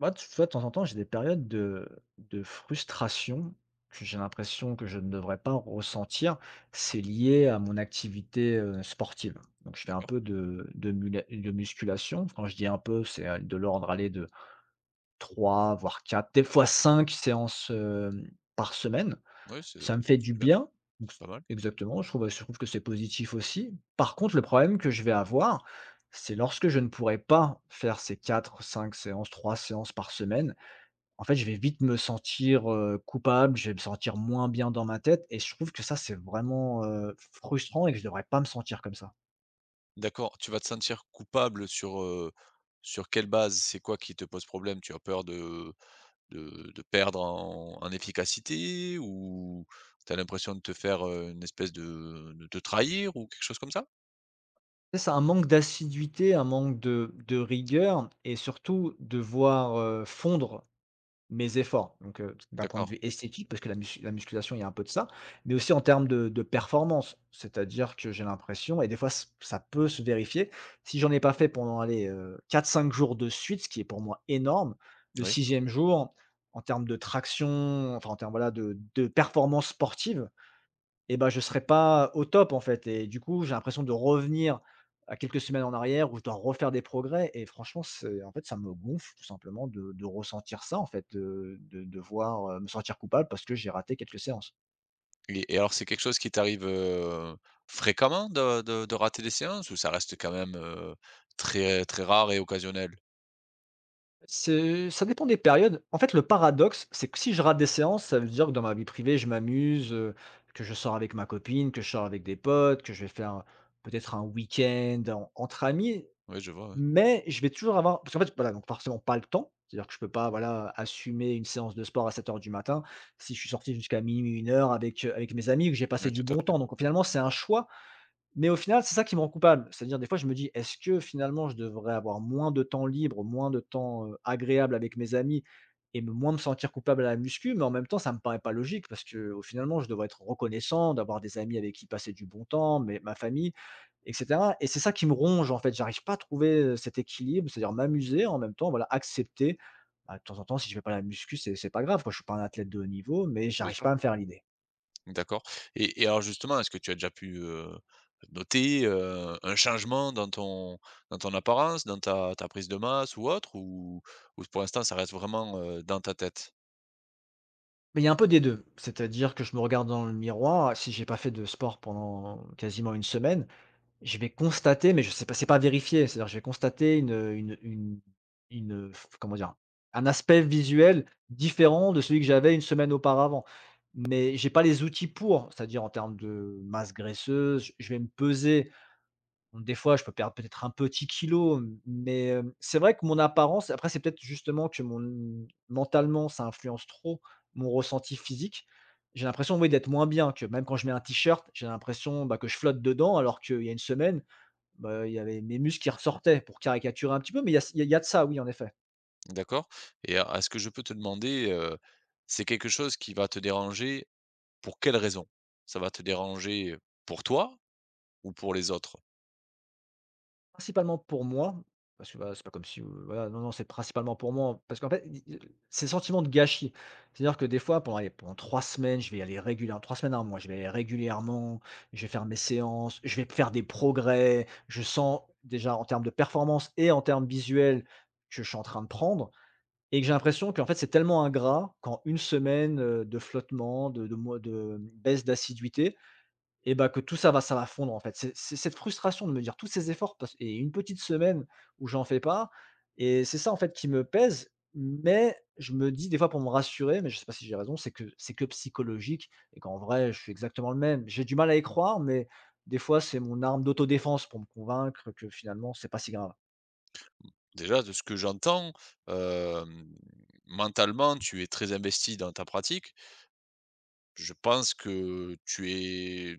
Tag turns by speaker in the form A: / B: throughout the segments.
A: Moi, tu vois, de temps en temps, j'ai des périodes de frustration que j'ai l'impression que je ne devrais pas ressentir. C'est lié à mon activité, sportive. Donc je fais un
B: D'accord.
A: peu de musculation. Quand je dis un peu, c'est, de l'ordre, aller de 3 voire 4 des fois 5 séances, par semaine.
B: Ouais, c'est
A: Ça me fait du
B: bien,
A: bien. Donc
B: c'est
A: c
B: pas mal.
A: Exactement, je trouve que c'est positif aussi. Par contre, le problème que je vais avoir, c'est lorsque je ne pourrai pas faire ces quatre cinq séances, 3 séances par semaine, en fait, je vais vite me sentir, coupable, je vais me sentir moins bien dans ma tête et je trouve que ça, c'est vraiment, frustrant et que je devrais pas me sentir comme ça.
B: D'accord, tu vas te sentir coupable sur, sur quelle base? C'est quoi qui te pose problème? Tu as peur de perdre en efficacité ou tu as l'impression de te faire, une espèce de te trahir ou quelque chose comme ça?
A: Tu sais, c'est un manque d'assiduité, un manque de rigueur et surtout de voir, fondre mes efforts, donc d'un point de
B: D'accord,
A: vue esthétique, parce que la musculation, il y a un peu de ça, mais aussi en termes de performance. C'est-à-dire que j'ai l'impression et des fois ç ça peut se vérifier, si j'en ai pas fait pendant, allez, quatre cinq jours de suite, ce qui est pour moi énorme, le
B: oui
A: sixième jour, en termes de traction, enfin en termes, voilà, de performance sportive, et ben je serais pas au top, en fait et du coup, j'ai l'impression de revenir à quelques semaines en arrière où je dois refaire des progrès et franchement, c'est en fait, ça me gonfle tout simplement de ressentir ça, en fait, de devoir, me sentir coupable parce que j'ai raté quelques séances.
B: et alors c'est quelque chose qui t'arrive, fréquemment de rater des séances ou ça reste quand même, très très rare et occasionnel?
A: C'est ça dépend des périodes. En fait, le paradoxe, c'est que si je rate des séances, ça veut dire que dans ma vie privée, je m'amuse, que je sors avec ma copine, que je sors avec des potes, que je vais faire peut-être un week-end en entre amis.
B: Oui, je vois, ouais.
A: Mais je vais toujours avoir parce qu'en fait, voilà, donc forcément pas le temps, c'est-à-dire que je peux pas, voilà, assumer une séance de sport à 7 heures du matin si je suis sorti jusqu'à minuit 1 heure avec, avec mes amis que j'ai
B: Oui,
A: passé du
B: tout à
A: bon
B: fait.
A: temps. Donc finalement, c'est un choix mais au final, c'est ça qui me rend coupable. C'est-à-dire des fois je me dis: «Est-ce que finalement je devrais avoir moins de temps libre, moins de temps, agréable avec mes amis et me moins me sentir coupable à la muscu ?» mais en même temps, ça me paraît pas logique parce que, au finalement, je devrais être reconnaissant d'avoir des amis avec qui passer du bon temps, mais ma famille et cetera et c'est ça qui me ronge, en fait. J'arrive pas à trouver, cet équilibre, c'est-à-dire m'amuser en même temps, voilà, accepter, bah, de temps en temps si je fais pas la muscu, c'est pas grave quoi, je suis pas un athlète de haut niveau, mais
B: Bien
A: j'arrive
B: sûr.
A: pas à me faire à l'idée.
B: D'accord et alors justement, est-ce que tu as déjà pu, noter, un changement dans ton apparence, dans ta prise de masse ou autre? Ou pour l'instant ça reste vraiment, dans ta tête?
A: Beh, il y a un peu des deux. C'est-à-dire que je me regarde dans le miroir, si j'ai pas fait de sport pendant quasiment une semaine, je vais constater, mais je sais pas c'est pas vérifié, c'est-à-dire je vais constater une, heu, comment dire? Un aspect visuel différent de celui que j'avais une semaine auparavant. Mais j'ai pas les outils pour, c'est-à-dire en termes de masse graisseuse, je vais me peser donc des fois, je peux perdre peut-être un petit kilo, mais, c'est vrai que mon apparence après c'est peut-être justement que mon mentalement, ça influence trop mon ressenti physique. J'ai l'impression, oui, d'être moins bien, que même quand je mets un t-shirt, j'ai l'impression, bah, que je flotte dedans alors qu'il y a une semaine, bah, il y avait mes muscles qui ressortaient pour caricaturer un petit peu, mais il y a de ça, oui, en effet.
B: D'accord et a est-ce que je peux te demander, c'est quelque chose qui va te déranger pour quelle raison? Ça va te déranger pour toi ou pour les autres?
A: Principalement pour moi, parce que, bah, c'est pas comme si, voilà, non, non, c'est principalement pour moi, parce qu'en fait, i i c'est le sentiment de gâchis. C'est-à-dire que des fois, pendant allez, pendant 3 semaines, je vais y aller régulièrement 3 semaines à 1 mois, je vais y aller régulièrement, je vais faire mes séances, je vais faire des progrès. Je sens déjà en termes de performance et en termes visuels que je suis en train de prendre et que j'ai l'impression qu'en fait, c'est tellement ingrat qu'en une semaine, de flottement, de baisse d'assiduité, et bah, que tout ça va fondre en fait. C'est cette frustration de me dire tous ces efforts parce et une petite semaine où j'en fais pas et c'est ça en fait qui me pèse, mais je me dis des fois pour me rassurer, mais je sais pas si j'ai raison, c'est que psychologique et qu'en vrai, je suis exactement le même. J'ai du mal à y croire, mais des fois, c'est mon arme d'autodéfense pour me convaincre que finalement, c'est pas si grave.
B: Déjà de ce que j'entends, hem, mentalement tu es très investi dans ta pratique. Je pense que tu es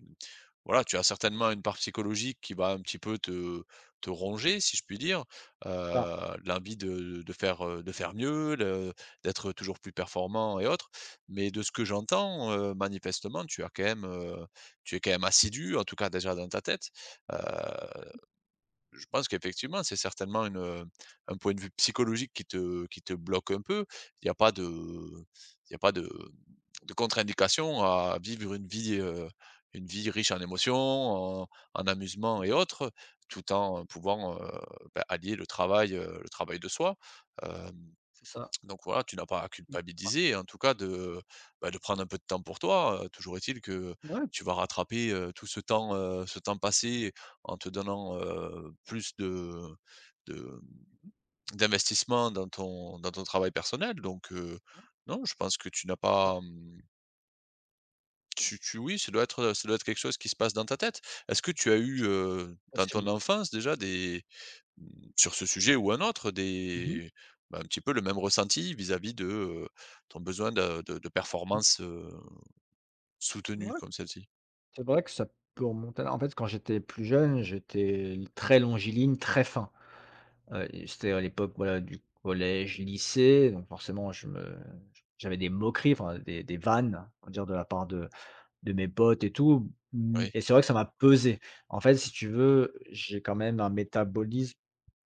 B: voilà, tu as certainement une part psychologique qui va un petit peu te ronger, si je puis dire,
A: Ah,
B: l'envie de faire, de faire mieux, le d'être toujours plus performant et autres. Mais de ce que j'entends, manifestement, tu as quand même, tu es quand même assidu, en tout cas déjà dans ta tête, heu je pense qu'effectivement, c'est certainement une, un point de vue psychologique qui te bloque un peu. Il n'y a pas de il y a pas de de contre-indication à vivre une vie riche en émotions, en amusement et autres, tout en pouvant, bah, allier le travail de soi, hem
A: c'est ça.
B: donc voilà, tu n'as pas à
A: Mais
B: culpabiliser, en tout cas de, bah, de prendre un peu de temps pour toi. Toujours est-il que
A: ouais, ouais, ouais,
B: tu vas rattraper tout ce temps passé en te donnant plus de, de- d'investissement dans ton travail personnel. Donc non, je pense que tu n'as
A: ouais,
B: pas, oui, ça doit être quelque chose qui se passe dans ta tête. Est-ce que tu as
A: c'est
B: eu dans ton
A: possible.
B: enfance déjà des Mmh, sur ce sujet ou un autre,
A: Mmh.
B: des bah, un petit peu le même ressenti vis-à-vis de, ton besoin de performance, soutenue comme celle-ci?
A: C'est vrai que ça peut remonter à en fait, quand j'étais plus jeune, j'étais très longiligne, très fin. Et c'était à l'époque, voilà, du collège, lycée, donc forcément je me j'avais des moqueries, enfin des vannes, on va dire de la part de mes potes et tout, mmh
B: Oui,
A: et c'est vrai que ça m'a pesé. En fait, si tu veux, j'ai quand même un métabolisme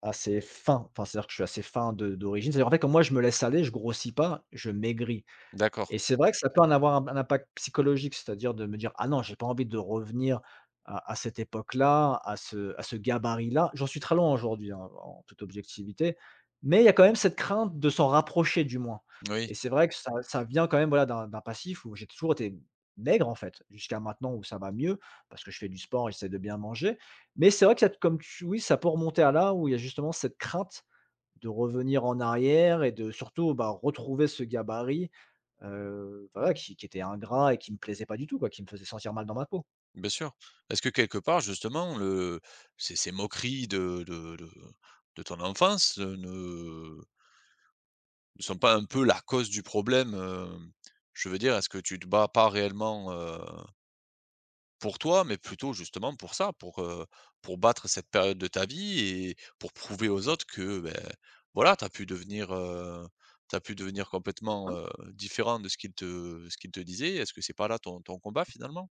A: assez fin, enfin, c'est-à-dire que je suis assez fin de d'origine. C'est-à-dire, en fait, quand moi je me laisse aller, je grossis pas, je maigris.
B: d'accord,
A: Et c'est vrai que ça peut en avoir un impact psychologique, c'est-à-dire de me dire: «Ah non, j'ai pas envie de revenir à cette époque-là, à ce gabarit-là». J'en suis très loin aujourd'hui, hein, en toute objectivité, mais il y a quand même cette crainte de s'en rapprocher du moins
B: oui,
A: et c'est vrai que ça vient quand même, voilà, d'un passif où j'ai toujours été maigre, en fait, jusqu'à maintenant où ça va mieux parce que je fais du sport, j'essaie de bien manger, mais c'est vrai que cette comme tu oui, ça peut remonter à là où il y a justement cette crainte de revenir en arrière et de surtout, bah, retrouver ce gabarit voilà, qui était ingrat et qui me plaisait pas du tout, quoi, qui me faisait sentir mal dans ma peau.
B: bien sûr. Est-ce que quelque part justement le ces ces moqueries de ton enfance, ne sont pas un peu la cause du problème, hem? Je veux dire, est-ce que tu te bats pas réellement, pour toi, mais plutôt justement pour ça, pour battre cette période de ta vie et pour prouver aux autres que, beh, voilà, tu as pu devenir, tu pu devenir complètement, différent de ce qu'ils te disaient. Est-ce que c'est pas là ton ton combat finalement?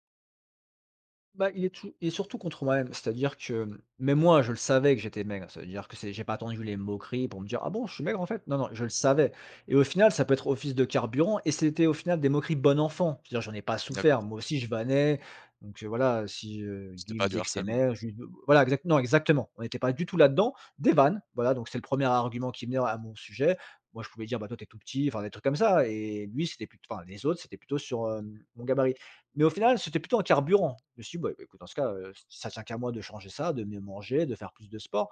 A: Bah, il est tout, il est surtout contre moi-même. C'est-à-dire que, mmh, même moi, je le savais que j'étais maigre. C'est à dire que c'est j'ai pas attendu les moqueries pour me dire: «Ah bon, je suis maigre en fait ?» Non, non, je le savais et au final, ça peut être office de carburant et c'était au final des moqueries bon enfant. C'est-à-dire j'en ai pas souffert.
B: D'accord,
A: Moi aussi, je vannais donc voilà, si,
B: c'était
A: lui, il me
B: pas du
A: disait que j'étais
B: harcèlement.
A: maigre, je lui voilà, exact non, exactement. On n'était pas du tout là-dedans. Des vannes, voilà, donc c'est le premier argument qui venait à mon sujet. Moi, je pouvais dire: «Bah, toi, t'es tout petit», enfin, des trucs comme ça et lui, c'était plutôt, enfin, les autres, c'était plutôt sur, mon gabarit. Mais au final, c'était plutôt un carburant. Je me suis dit: «Bah, écoute, dans ce cas, ça tient qu'à moi de changer ça, de mieux manger, de faire plus de sport».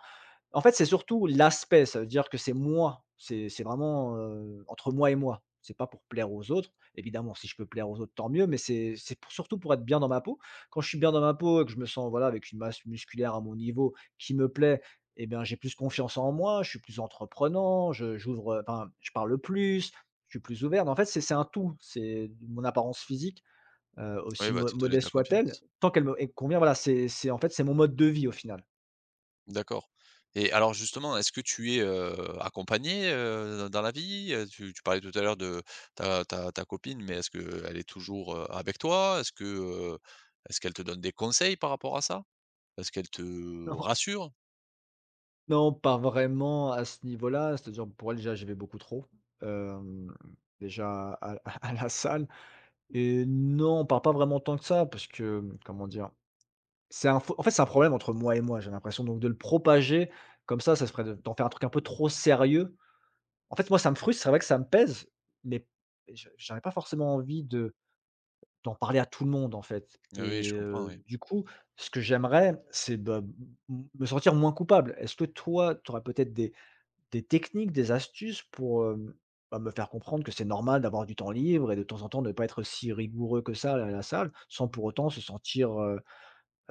A: En fait, c'est surtout l'aspect, ça veut dire que c'est moi, c'est vraiment, entre moi et moi. C'est pas pour plaire aux autres. Évidemment, si je peux plaire aux autres, tant mieux, mais c'est pour surtout pour être bien dans ma peau. Quand je suis bien dans ma peau et que je me sens, voilà, avec une masse musculaire à mon niveau qui me plaît eh bien, j'ai plus confiance en moi, je suis plus entreprenant, je j'ouvre, enfin, je parle plus, je suis plus ouvert. En fait, c'est un tout, c'est mon apparence physique
B: Oui,
A: aussi
B: va
A: mo
B: te donner
A: modeste
B: ta
A: soit-elle,
B: confiance.
A: tant qu'elle me elle me convient, voilà, c'est en fait, c'est mon mode de vie au final.
B: D'accord et alors justement, est-ce que tu es, accompagnée, dans la vie? Tu parlais tout à l'heure de ta copine, mais est-ce qu'elle est toujours, avec toi? Est-ce que, est-ce qu'elle te donne des conseils par rapport à ça? Est-ce qu'elle te
A: Non,
B: rassure?
A: non, pas vraiment à ce niveau-là, c'est-à-dire pour elle déjà, j'y vais beaucoup trop, hem, déjà à à la salle et non, on parle pas vraiment tant que ça parce que, comment dire? C'est un faux en fait, c'est un problème entre moi et moi, j'ai l'impression donc de le propager comme ça se ferait de d'en faire un truc un peu trop sérieux. En fait, moi, ça me frustre, c'est vrai que ça me pèse, mais je j'aurais pas forcément envie de d'en parler à tout le monde, en fait
B: Ah oui,
A: et
B: je comprends, oui.
A: du coup, ce que j'aimerais, c'est, bah, m me sentir moins coupable. Est-ce que toi, tu aurais peut-être des techniques, des astuces pour, bah, me faire comprendre que c'est normal d'avoir du temps libre et de temps en temps, ne pas être si rigoureux que ça à la salle, sans pour autant se sentir, heu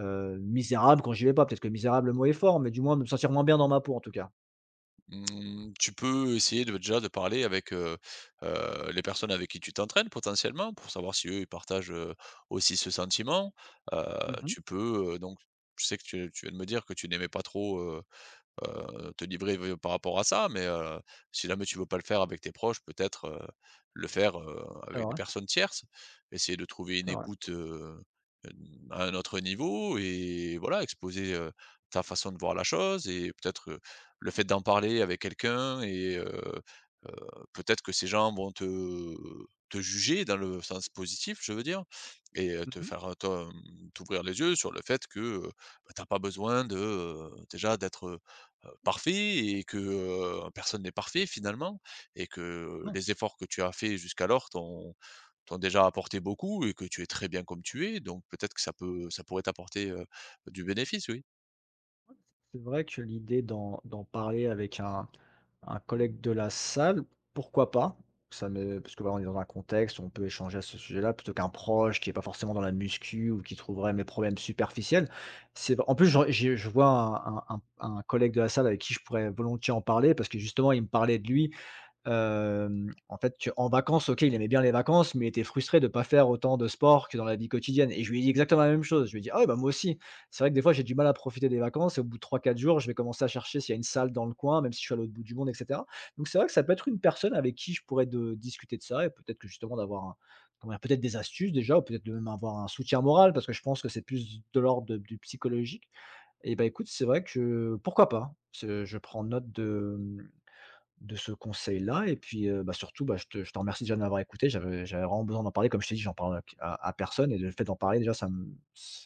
A: heu, misérable quand j'y vais pas? Peut-être que misérable, le mot est fort, mais du moins, me sentir moins bien dans ma peau, en tout cas.
B: Mmh, tu peux essayer de déjà de parler avec, les personnes avec qui tu t'entraînes potentiellement pour savoir si eux ils partagent, aussi ce sentiment. Heu,
A: Mmh.
B: tu peux, donc je sais que tu viens de me dire que tu n'aimais pas trop, te livrer v par rapport à ça, mais si jamais tu veux pas le faire avec tes proches, peut-être, le faire,
A: C'est
B: avec des
A: vrai,
B: personnes tierces. Essayer de trouver une
A: c'est vrai.
B: écoute, hem, à un autre niveau et voilà, exposer, ta façon de voir la chose et peut-être, le fait d'en parler avec quelqu'un heu, peut-être que ces gens vont te juger dans le sens positif, je veux dire et te
A: Mmh.
B: faire, t'ouvrir les yeux sur le fait que, bah, tu as pas besoin de, déjà d'être, parfait et que, personne n'est parfait finalement et que
A: Non,
B: les efforts que tu as faits jusqu'alors t'ont déjà apporté beaucoup et que tu es très bien comme tu es, donc peut-être que ça peut ça pourrait t'apporter, du bénéfice, oui.
A: c'est vrai que l'idée d'en parler avec un collègue de la salle, pourquoi pas? Ça me Parce que voilà, on est dans un contexte où on peut échanger à ce sujet-là, plutôt qu'un proche qui est pas forcément dans la muscu ou qui trouverait mes problèmes superficiels. C'est en plus, j'aurais j'ai je vois un collègue de la salle avec qui je pourrais volontiers en parler parce que justement, il me parlait de lui. En fait, tu en vacances, OK, il aimait bien les vacances, mais il était frustré de ne pas faire autant de sport que dans la vie quotidienne et je lui ai dit exactement la même chose. Je lui ai dit: «Ah ouais, bah, moi aussi, c'est vrai que des fois j'ai du mal à profiter des vacances et au bout de 3-4 jours, je vais commencer à chercher s'il y a une salle dans le coin, même si je suis à l'autre bout du monde et cetera». Donc c'est vrai que ça peut être une personne avec qui je pourrais de discuter de ça et peut-être que justement d'avoir un comment dire? Peut-être des astuces déjà ou peut-être de même avoir un soutien moral parce que je pense que c'est plus de l'ordre de du psychologique et bah, écoute, c'est vrai que pourquoi pas? Ce Je prends note de ce conseil-là et puis, bah, surtout, bah, je te remercie déjà de m'avoir écouté. J'avais vraiment besoin d'en parler. Comme je t'ai dit, j'en parle à personne et le fait d'en parler déjà, ça me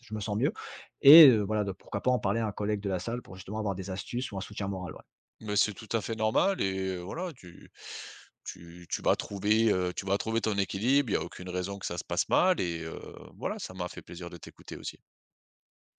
A: je me sens mieux et voilà, de pourquoi pas en parler à un collègue de la salle pour justement avoir des astuces ou un soutien moral, ouais.
B: Mais c'est tout à fait normal et voilà, tu tu vas trouver, tu vas trouver ton équilibre, il y a aucune raison que ça se passe mal et voilà, ça m'a fait plaisir de t'écouter aussi.